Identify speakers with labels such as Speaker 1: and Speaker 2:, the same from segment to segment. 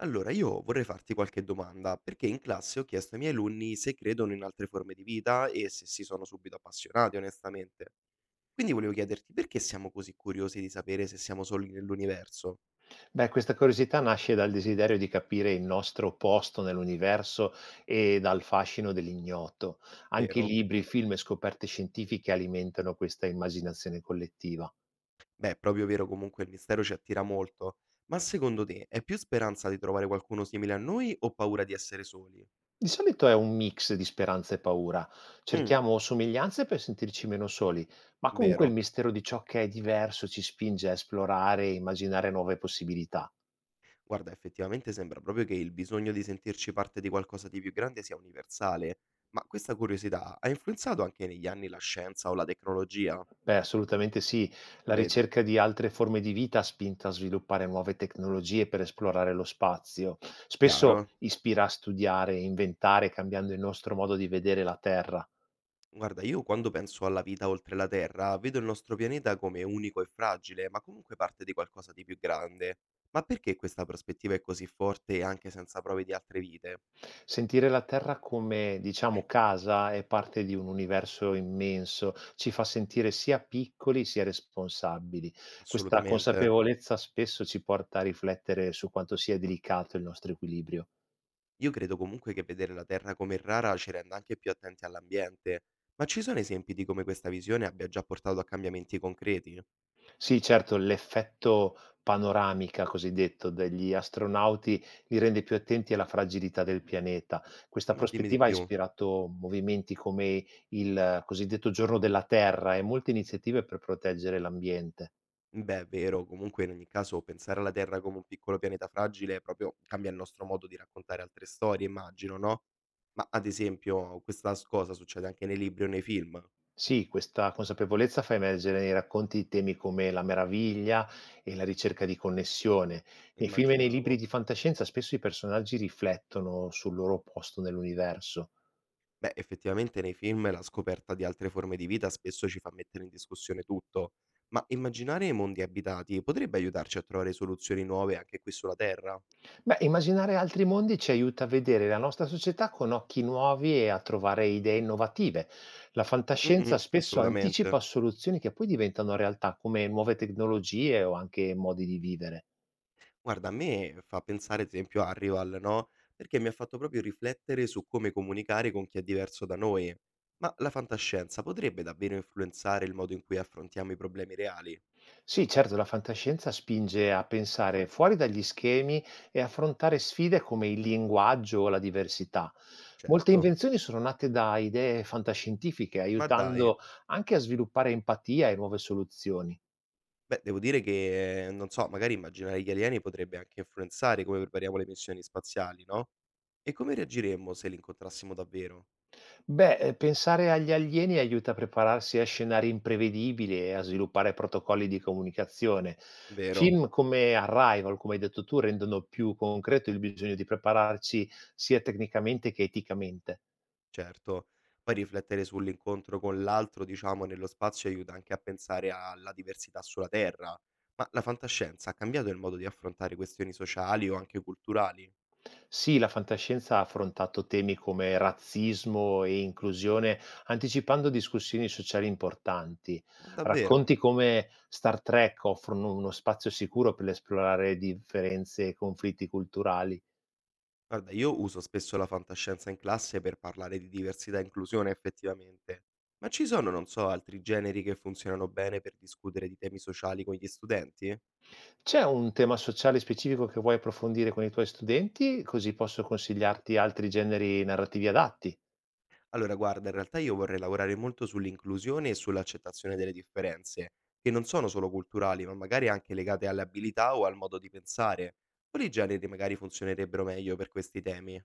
Speaker 1: Allora, io vorrei farti qualche domanda, perché in classe ho chiesto ai miei alunni se credono in altre forme di vita e se si sono subito appassionati, onestamente. Quindi volevo chiederti perché siamo così curiosi di sapere se siamo soli nell'universo,
Speaker 2: Beh, questa curiosità nasce dal desiderio di capire il nostro posto nell'universo e dal fascino dell'ignoto. Anche i
Speaker 1: vero?
Speaker 2: libri, film e scoperte scientifiche alimentano questa immaginazione collettiva.
Speaker 1: Beh, è proprio vero, comunque il mistero ci attira molto. Ma secondo te è più speranza di trovare qualcuno simile a noi o paura di essere soli?
Speaker 2: Di solito è un mix di speranza e paura.
Speaker 1: Mm,
Speaker 2: Cerchiamo somiglianze per sentirci meno soli, ma comunque il
Speaker 1: vero.
Speaker 2: mistero di ciò che è diverso ci spinge a esplorare e immaginare nuove possibilità.
Speaker 1: Guarda, effettivamente sembra proprio che il bisogno di sentirci parte di qualcosa di più grande sia universale, ma questa curiosità ha influenzato anche negli anni la scienza o la tecnologia?
Speaker 2: Beh, assolutamente sì. La
Speaker 1: Vedi,
Speaker 2: ricerca di altre forme di vita ha spinto a sviluppare nuove tecnologie per esplorare lo spazio. Spesso
Speaker 1: chiaro.
Speaker 2: ispira a studiare, inventare, cambiando il nostro modo di vedere la Terra.
Speaker 1: Guarda, io quando penso alla vita oltre la Terra, vedo il nostro pianeta come unico e fragile, ma comunque parte di qualcosa di più grande. Ma perché questa prospettiva è così forte anche senza prove di altre vite?
Speaker 2: Sentire la Terra come, diciamo, casa è parte di un universo immenso, ci fa sentire sia piccoli sia responsabili. Questa
Speaker 1: Assolutamente.
Speaker 2: consapevolezza spesso ci porta a riflettere su quanto sia delicato il nostro equilibrio.
Speaker 1: Io credo comunque che vedere la Terra come rara ci renda anche più attenti all'ambiente, ma ci sono esempi di come questa visione abbia già portato a cambiamenti concreti?
Speaker 2: Sì, certo, l'effetto panoramica cosiddetto degli astronauti li rende più attenti alla fragilità del pianeta. Questa
Speaker 1: Ma dimmi di
Speaker 2: prospettiva ha
Speaker 1: più.
Speaker 2: ispirato movimenti come il cosiddetto Giorno della Terra e molte iniziative per proteggere l'ambiente.
Speaker 1: Beh, è vero, comunque in ogni caso pensare alla Terra come un piccolo pianeta fragile proprio cambia il nostro modo di raccontare altre storie, immagino, no? Ma ad esempio, cosa succede anche nei libri o nei film?
Speaker 2: Sì, questa consapevolezza fa emergere nei racconti temi come la meraviglia e la ricerca di connessione. Nei film e nei libri
Speaker 1: Immaginavo.
Speaker 2: di fantascienza spesso i personaggi riflettono sul loro posto nell'universo.
Speaker 1: Beh, effettivamente nei film la scoperta di altre forme di vita spesso ci fa mettere in discussione tutto, ma immaginare mondi abitati potrebbe aiutarci a trovare soluzioni nuove anche qui sulla Terra?
Speaker 2: Beh, immaginare altri mondi ci aiuta a vedere la nostra società con occhi nuovi e a trovare idee innovative. La
Speaker 1: Mm,
Speaker 2: fantascienza
Speaker 1: mm,
Speaker 2: spesso anticipa
Speaker 1: assolutamente.
Speaker 2: soluzioni che poi diventano realtà, come nuove tecnologie o anche modi di vivere.
Speaker 1: Guarda, a me fa pensare ad esempio a Arrival, no? Perché mi ha fatto proprio riflettere su come comunicare con chi è diverso da noi. Ma la fantascienza potrebbe davvero influenzare il modo in cui affrontiamo i problemi reali?
Speaker 2: Sì, certo, la fantascienza spinge a pensare fuori dagli schemi e affrontare sfide come il linguaggio o la diversità. Molte
Speaker 1: Certo.
Speaker 2: invenzioni sono nate da idee fantascientifiche,
Speaker 1: Ma
Speaker 2: aiutando
Speaker 1: dai.
Speaker 2: anche a sviluppare empatia e nuove soluzioni.
Speaker 1: Beh, devo dire che, non so, magari immaginare gli alieni potrebbe anche influenzare come prepariamo le missioni spaziali, no? E come reagiremmo se li incontrassimo davvero?
Speaker 2: Beh, pensare agli alieni aiuta a prepararsi a scenari imprevedibili e a sviluppare protocolli di comunicazione.
Speaker 1: Vero,
Speaker 2: Film come Arrival, come hai detto tu, rendono più concreto il bisogno di prepararci sia tecnicamente che eticamente.
Speaker 1: certo. Poi riflettere sull'incontro con l'altro, diciamo, nello spazio aiuta anche a pensare alla diversità sulla Terra. Ma la fantascienza ha cambiato il modo di affrontare questioni sociali o anche culturali?
Speaker 2: Sì, la fantascienza ha affrontato temi come razzismo e inclusione, anticipando discussioni sociali importanti.
Speaker 1: Ma davvero?
Speaker 2: Racconti come Star Trek offrono uno spazio sicuro per esplorare differenze e conflitti culturali.
Speaker 1: Guarda, io uso spesso la fantascienza in classe per parlare di diversità e inclusione effettivamente, ma ci sono, non so, altri generi che funzionano bene per discutere di temi sociali con gli studenti?
Speaker 2: C'è un tema sociale specifico che vuoi approfondire con i tuoi studenti? Così posso consigliarti altri generi narrativi adatti.
Speaker 1: Allora, guarda, in realtà io vorrei lavorare molto sull'inclusione e sull'accettazione delle differenze, che non sono solo culturali, ma magari anche legate alle abilità o al modo di pensare. Quali generi magari funzionerebbero meglio per questi temi?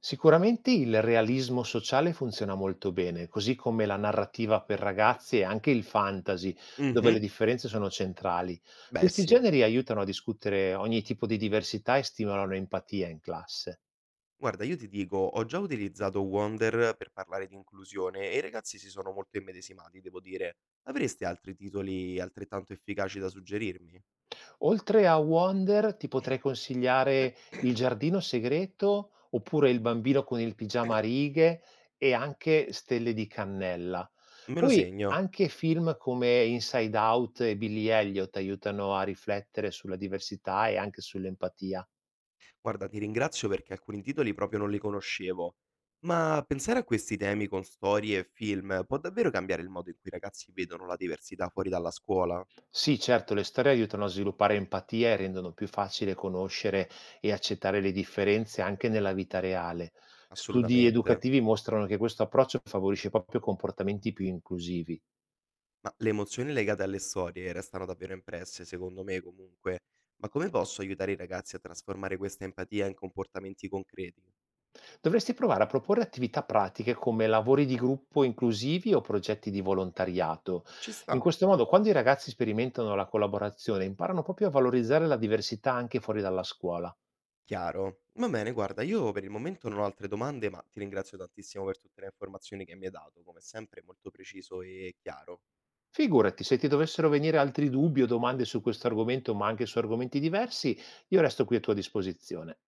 Speaker 2: Sicuramente il realismo sociale funziona molto bene, così come la narrativa per ragazzi e anche il fantasy, dove le
Speaker 1: Mhm,
Speaker 2: differenze sono centrali.
Speaker 1: beh
Speaker 2: Questi
Speaker 1: sì.
Speaker 2: generi aiutano a discutere ogni tipo di diversità e stimolano empatia in classe.
Speaker 1: Guarda, io ti dico, ho già utilizzato Wonder per parlare di inclusione e i ragazzi si sono molto immedesimati, devo dire. Avresti altri titoli altrettanto efficaci da suggerirmi?
Speaker 2: Oltre a Wonder, ti potrei consigliare Il giardino segreto, oppure Il bambino con il pigiama a righe e anche Stelle di cannella.
Speaker 1: Me lo
Speaker 2: Poi
Speaker 1: segno.
Speaker 2: anche film come Inside Out e Billy Elliot aiutano a riflettere sulla diversità e anche sull'empatia.
Speaker 1: Guarda, ti ringrazio perché alcuni titoli proprio non li conoscevo. Ma pensare a questi temi con storie e film può davvero cambiare il modo in cui i ragazzi vedono la diversità fuori dalla scuola?
Speaker 2: Sì, certo, le storie aiutano a sviluppare empatia e rendono più facile conoscere e accettare le differenze anche nella vita reale. Studi
Speaker 1: Assolutamente.
Speaker 2: educativi mostrano che questo approccio favorisce proprio comportamenti più inclusivi.
Speaker 1: Ma le emozioni legate alle storie restano davvero impresse, secondo me comunque. Ma come posso aiutare i ragazzi a trasformare questa empatia in comportamenti concreti?
Speaker 2: Dovresti provare a proporre attività pratiche come lavori di gruppo inclusivi o progetti di volontariato.
Speaker 1: Ci
Speaker 2: In
Speaker 1: sta,
Speaker 2: questo modo, quando i ragazzi sperimentano la collaborazione, imparano proprio a valorizzare la diversità anche fuori dalla scuola.
Speaker 1: chiaro. Va bene, guarda, io per il momento non ho altre domande, ma ti ringrazio tantissimo per tutte le informazioni che mi hai dato, come sempre molto preciso e chiaro.
Speaker 2: Figurati, se ti dovessero venire altri dubbi o domande su questo argomento, ma anche su argomenti diversi, io resto qui a tua disposizione.